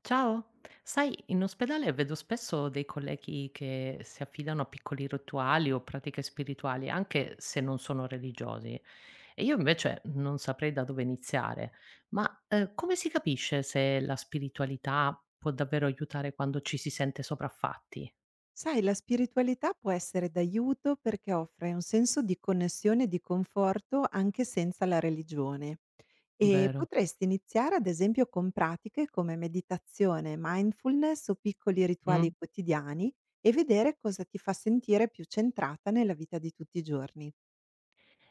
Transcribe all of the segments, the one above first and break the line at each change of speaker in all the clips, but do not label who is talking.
Ciao, sai, in ospedale vedo spesso dei colleghi che si affidano a piccoli rituali o pratiche spirituali, anche se non sono religiosi. E io invece non saprei da dove iniziare. Ma come si capisce se la spiritualità può davvero aiutare quando ci si sente sopraffatti?
Sai, la spiritualità può essere d'aiuto perché offre un senso di connessione e di conforto anche senza la religione. E
Vero?
potresti iniziare ad esempio con pratiche come meditazione, mindfulness o piccoli rituali
Mm?
quotidiani e vedere cosa ti fa sentire più centrata nella vita di tutti i giorni.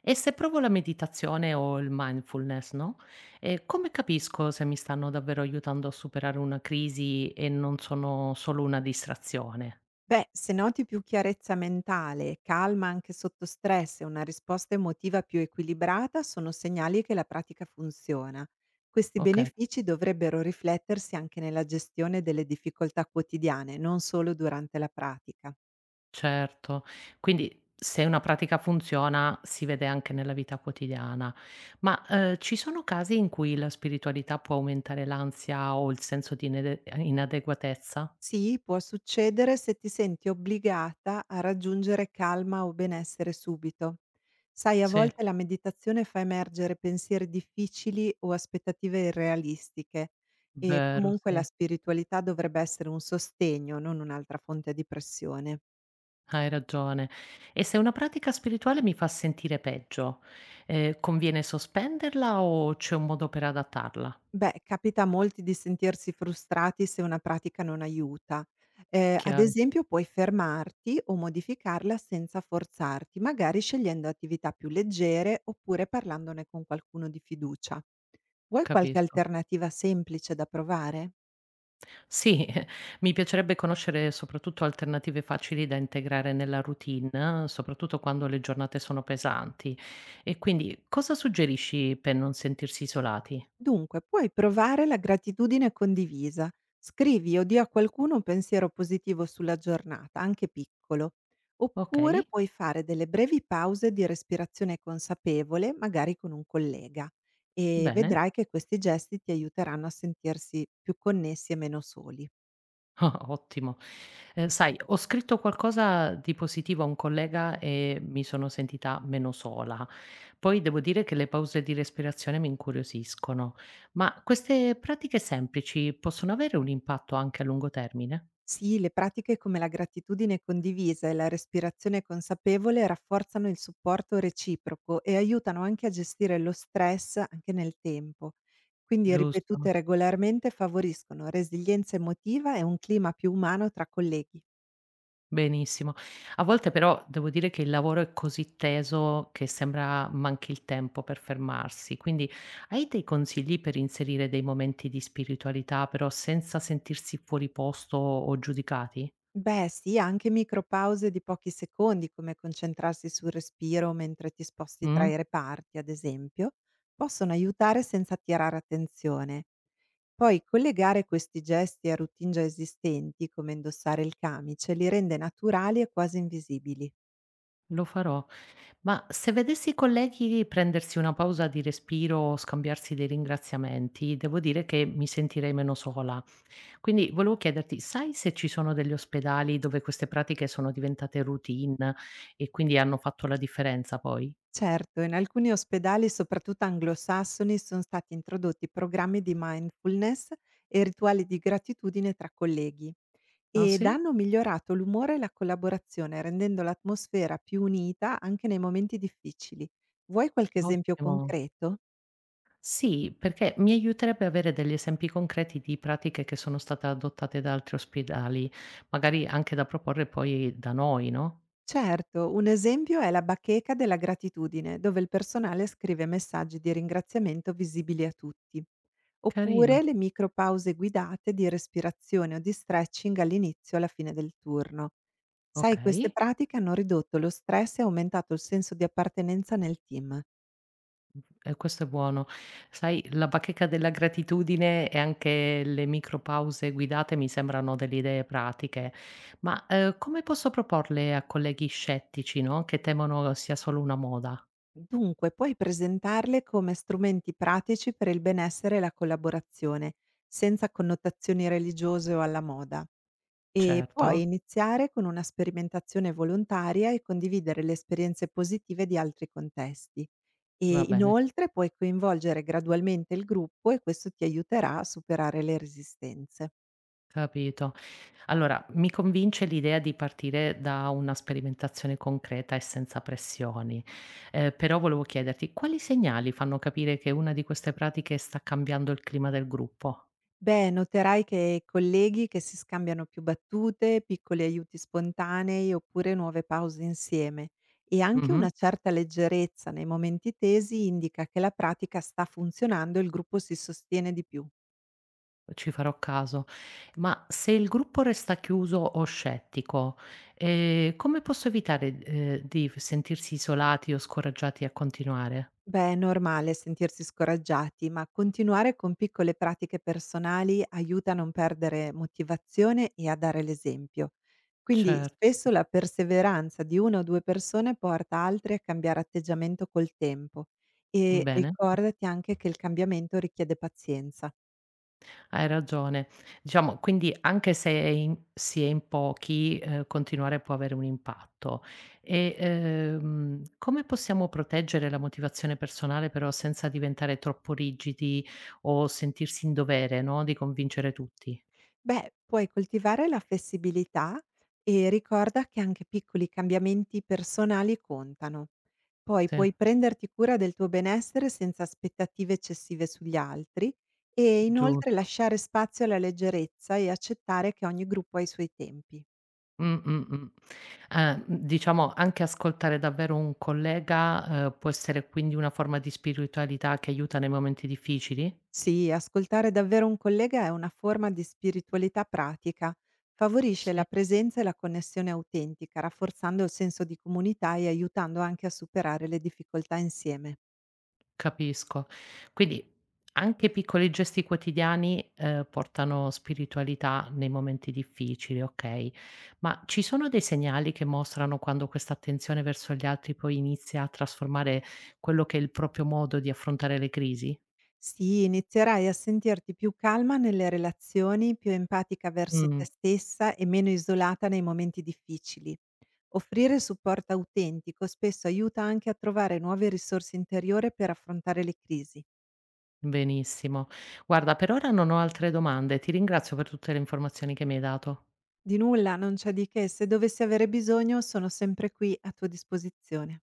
E se provo la meditazione o il mindfulness, no? E come capisco se mi stanno davvero aiutando a superare una crisi e non sono solo una distrazione?
Beh, se noti più chiarezza mentale, calma anche sotto stress e una risposta emotiva più equilibrata, sono segnali che la pratica funziona. Questi
Okay,
benefici dovrebbero riflettersi anche nella gestione delle difficoltà quotidiane, non solo durante la pratica.
certo. Quindi se una pratica funziona si vede anche nella vita quotidiana. Ma, ci sono casi in cui la spiritualità può aumentare l'ansia o il senso di inede inadeguatezza?
Sì, può succedere se ti senti obbligata a raggiungere calma o benessere subito. Sai, a
Sì,
volte la meditazione fa emergere pensieri difficili o aspettative irrealistiche e
vero,
comunque la
sì,
spiritualità dovrebbe essere un sostegno, non un'altra fonte di pressione.
hai ragione. E se una pratica spirituale mi fa sentire peggio, conviene sospenderla o c'è un modo per adattarla?
Beh, capita a molti di sentirsi frustrati se una pratica non aiuta. Ad
Chiaro,
esempio, puoi fermarti o modificarla senza forzarti, magari scegliendo attività più leggere oppure parlandone con qualcuno di fiducia. Vuoi qualche
capisco.
alternativa semplice da provare?
Sì, mi piacerebbe conoscere soprattutto alternative facili da integrare nella routine, soprattutto quando le giornate sono pesanti. E quindi cosa suggerisci per non sentirsi isolati?
Dunque, puoi provare la gratitudine condivisa. Scrivi o di a qualcuno un pensiero positivo sulla giornata, anche piccolo.
Ok,
Oppure puoi fare delle brevi pause di respirazione consapevole, magari con un collega, e
bene,
vedrai che questi gesti ti aiuteranno a sentirsi più connessi e meno soli.
ottimo. Sai, ho scritto qualcosa di positivo a un collega e mi sono sentita meno sola. Poi devo dire che le pause di respirazione mi incuriosiscono, ma queste pratiche semplici possono avere un impatto anche a lungo termine?
Sì, le pratiche come la gratitudine condivisa e la respirazione consapevole rafforzano il supporto reciproco e aiutano anche a gestire lo stress anche nel tempo. Quindi
Giusto?
ripetute regolarmente favoriscono resilienza emotiva e un clima più umano tra colleghi.
Benissimo. A volte però devo dire che il lavoro è così teso che sembra manchi il tempo per fermarsi. Quindi hai dei consigli per inserire dei momenti di spiritualità, però senza sentirsi fuori posto o giudicati?
Beh sì, anche micropause di pochi secondi, come concentrarsi sul respiro mentre ti sposti tra
Mm?
i reparti, ad esempio, possono aiutare senza attirare attenzione. Poi collegare questi gesti a routine già esistenti, come indossare il camice, li rende naturali e quasi invisibili.
Lo farò. Ma se vedessi i colleghi prendersi una pausa di respiro o scambiarsi dei ringraziamenti, devo dire che mi sentirei meno sola. Quindi volevo chiederti, sai se ci sono degli ospedali dove queste pratiche sono diventate routine e quindi hanno fatto la differenza poi?
Certo, in alcuni ospedali, soprattutto anglosassoni, sono stati introdotti programmi di mindfulness e rituali di gratitudine tra colleghi
Ah
ed
sì?
hanno migliorato l'umore e la collaborazione, rendendo l'atmosfera più unita anche nei momenti difficili. Vuoi qualche esempio
Ottimo.
concreto?
Sì, perché mi aiuterebbe avere degli esempi concreti di pratiche che sono state adottate da altri ospedali, magari anche da proporre poi da noi, no?
Certo, un esempio è la bacheca della gratitudine, dove il personale scrive messaggi di ringraziamento visibili a tutti, oppure
Carino.
le micropause guidate di respirazione o di stretching all'inizio e alla fine del turno. Sai,
Ok.
queste pratiche hanno ridotto lo stress e aumentato il senso di appartenenza nel team.
E questo è buono. Sai, la bacheca della gratitudine e anche le micropause guidate mi sembrano delle idee pratiche, ma come posso proporle a colleghi scettici, no? Che temono sia solo una moda?
Dunque, puoi presentarle come strumenti pratici per il benessere e la collaborazione, senza connotazioni religiose o alla moda. E
Certo,
puoi iniziare con una sperimentazione volontaria e condividere le esperienze positive di altri contesti. E
va bene, sì,
inoltre puoi coinvolgere gradualmente il gruppo e questo ti aiuterà a superare le resistenze.
capito. Allora, mi convince l'idea di partire da una sperimentazione concreta e senza pressioni. Però volevo chiederti quali segnali fanno capire che una di queste pratiche sta cambiando il clima del gruppo?
Beh, noterai che colleghi che si scambiano più battute, piccoli aiuti spontanei oppure nuove pause insieme e anche una certa leggerezza nei momenti tesi indica che la pratica sta funzionando e il gruppo si sostiene di più.
Ci farò caso. Ma se il gruppo resta chiuso o scettico, come posso evitare, di f sentirsi isolati o scoraggiati a continuare?
Beh, è normale sentirsi scoraggiati, ma continuare con piccole pratiche personali aiuta a non perdere motivazione e a dare l'esempio. Quindi
Cer
spesso la perseveranza di una o due persone porta altri a cambiare atteggiamento col tempo e
bene,
ricordati anche che il cambiamento richiede pazienza.
hai ragione. Diciamo, quindi anche se è in si è in pochi, continuare può avere un impatto. E, come possiamo proteggere la motivazione personale però senza diventare troppo rigidi o sentirsi in dovere, no, di convincere tutti?
Beh, puoi coltivare la flessibilità e ricorda che anche piccoli cambiamenti personali contano. Poi
Sì,
puoi prenderti cura del tuo benessere senza aspettative eccessive sugli altri e inoltre
giusto.
lasciare spazio alla leggerezza e accettare che ogni gruppo ha i suoi tempi.
Mh, mh, mh. Diciamo anche ascoltare davvero un collega, può essere quindi una forma di spiritualità che aiuta nei momenti difficili?
Sì, ascoltare davvero un collega è una forma di spiritualità pratica, favorisce la
Sì.
presenza e la connessione autentica, rafforzando il senso di comunità e aiutando anche a superare le difficoltà insieme.
Capisco. Quindi anche piccoli gesti quotidiani, portano spiritualità nei momenti difficili, okay. Ma ci sono dei segnali che mostrano quando questa attenzione verso gli altri poi inizia a trasformare quello che è il proprio modo di affrontare le crisi?
Sì, inizierai a sentirti più calma nelle relazioni, più empatica verso te
Mh.
stessa e meno isolata nei momenti difficili. Offrire supporto autentico spesso aiuta anche a trovare nuove risorse interiore per affrontare le crisi.
Benissimo. Guarda, per ora non ho altre domande. Ti ringrazio per tutte le informazioni che mi hai dato.
Di nulla, non c'è di che, se dovessi avere bisogno sono sempre qui a tua disposizione.